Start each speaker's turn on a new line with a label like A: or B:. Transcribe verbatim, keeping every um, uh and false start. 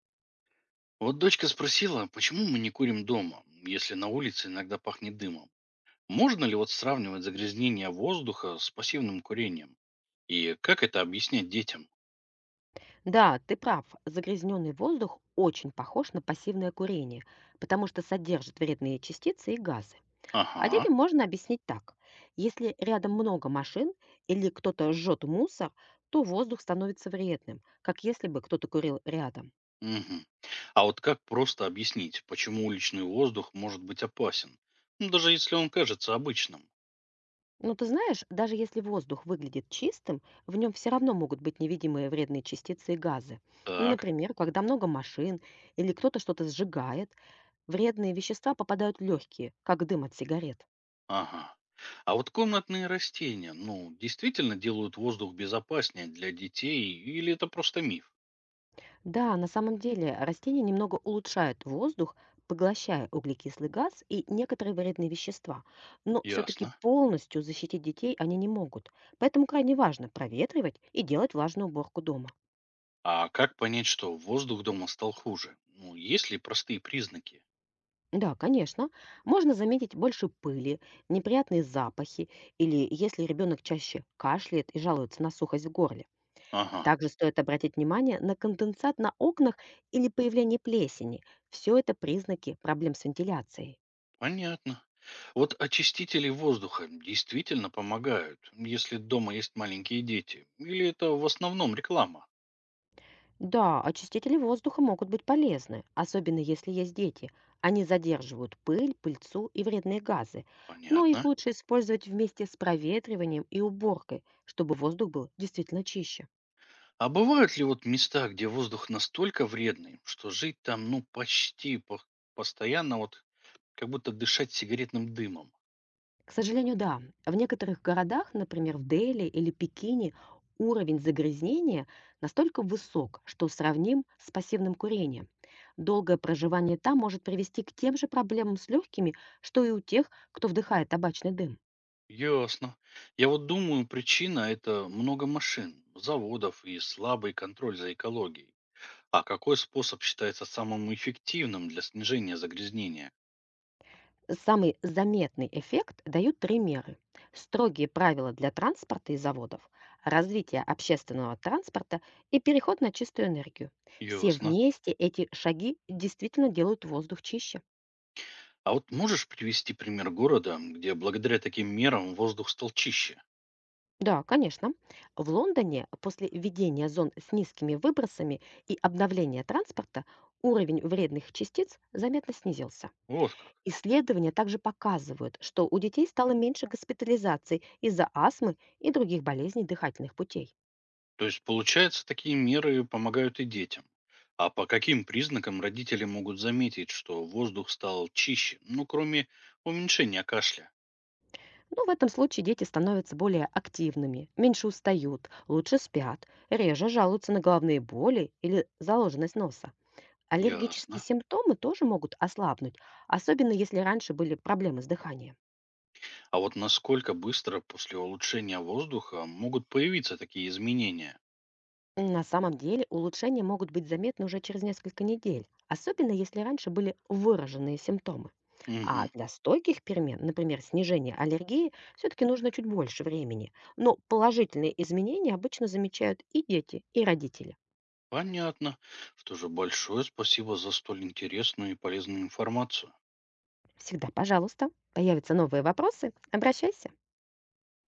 A: Вот дочка спросила, почему мы не курим дома, если на улице иногда пахнет дымом. Можно ли вот сравнивать загрязнение воздуха с пассивным курением? И как это объяснять детям?
B: Да, ты прав. Загрязненный воздух очень похож на пассивное курение, потому что содержит вредные частицы и газы. А
A: Ага.
B: детям можно объяснить так. Если рядом много машин или кто-то жжет мусор, то воздух становится вредным, как если бы кто-то курил рядом.
A: Мгм. А вот как просто объяснить, почему уличный воздух может быть опасен? Ну, даже если он кажется обычным.
B: Но ты знаешь, даже если воздух выглядит чистым, в нем все равно могут быть невидимые вредные частицы и газы.
A: Так.
B: Например, когда много машин или кто-то что-то сжигает, вредные вещества попадают в легкие, как дым от сигарет.
A: Ага. А вот комнатные растения, ну, действительно делают воздух безопаснее для детей или это просто миф?
B: Да, на самом деле растения немного улучшают воздух, поглощая углекислый газ и некоторые вредные вещества. Но все-таки
A: Ясно.
B: полностью защитить детей они не могут. Поэтому крайне важно проветривать и делать влажную уборку дома.
A: А как понять, что воздух дома стал хуже? Ну, есть ли простые признаки?
B: Да, конечно, можно заметить больше пыли, неприятные запахи или если ребенок чаще кашляет и жалуется на сухость в горле.
A: Ага,
B: Также стоит обратить внимание на конденсат на окнах или появление плесени. Все это признаки проблем с вентиляцией.
A: понятно. Вот очистители воздуха действительно помогают, если дома есть маленькие дети. Или это в основном реклама?
B: Да, очистители воздуха могут быть полезны, особенно если есть дети. Они задерживают пыль, пыльцу и вредные газы. Но их
A: Понятно.
B: лучше использовать вместе с проветриванием и уборкой, чтобы воздух был действительно чище.
A: А бывают ли вот места, где воздух настолько вредный, что жить там, ну, почти по- постоянно, вот как будто дышать сигаретным дымом?
B: К сожалению, да, в некоторых городах, например, в Дели или Пекине, уровень загрязнения настолько высок, что сравним с пассивным курением. Долгое проживание там может привести к тем же проблемам с легкими, что и у тех, кто вдыхает табачный дым.
A: Ясно. Я вот думаю, причина это много машин, заводов и слабый контроль за экологией. А какой способ считается самым эффективным для снижения загрязнения?
B: Самый заметный эффект дают три меры: строгие правила для транспорта и заводов, развитие общественного транспорта и переход на чистую энергию. Все
A: Ясно.
B: вместе эти шаги действительно делают воздух чище.
A: А вот можешь привести пример города, где благодаря таким мерам воздух стал чище?
B: Да, конечно. В Лондоне после введения зон с низкими выбросами и обновления транспорта уровень вредных частиц заметно снизился.
A: Вот как.
B: Исследования также показывают, что у детей стало меньше госпитализаций из-за астмы и других болезней дыхательных путей.
A: То есть, получается, такие меры помогают и детям. А по каким признакам родители могут заметить, что воздух стал чище? Ну, кроме уменьшения кашля.
B: Ну, в этом случае дети становятся более активными, меньше устают, лучше спят, реже жалуются на головные боли или заложенность носа. Аллергические
A: Ясно.
B: симптомы тоже могут ослабнуть, особенно если раньше были проблемы с дыханием.
A: А вот насколько быстро после улучшения воздуха могут появиться такие изменения?
B: На самом деле улучшения могут быть заметны уже через несколько недель, особенно если раньше были выраженные симптомы. А
A: Угу.
B: для стойких перемен, например, снижения аллергии, все-таки нужно чуть больше времени. Но положительные изменения обычно замечают и дети, и родители.
A: Понятно. Что же, большое спасибо за столь интересную и полезную информацию.
B: Всегда пожалуйста. Появятся новые вопросы — обращайся.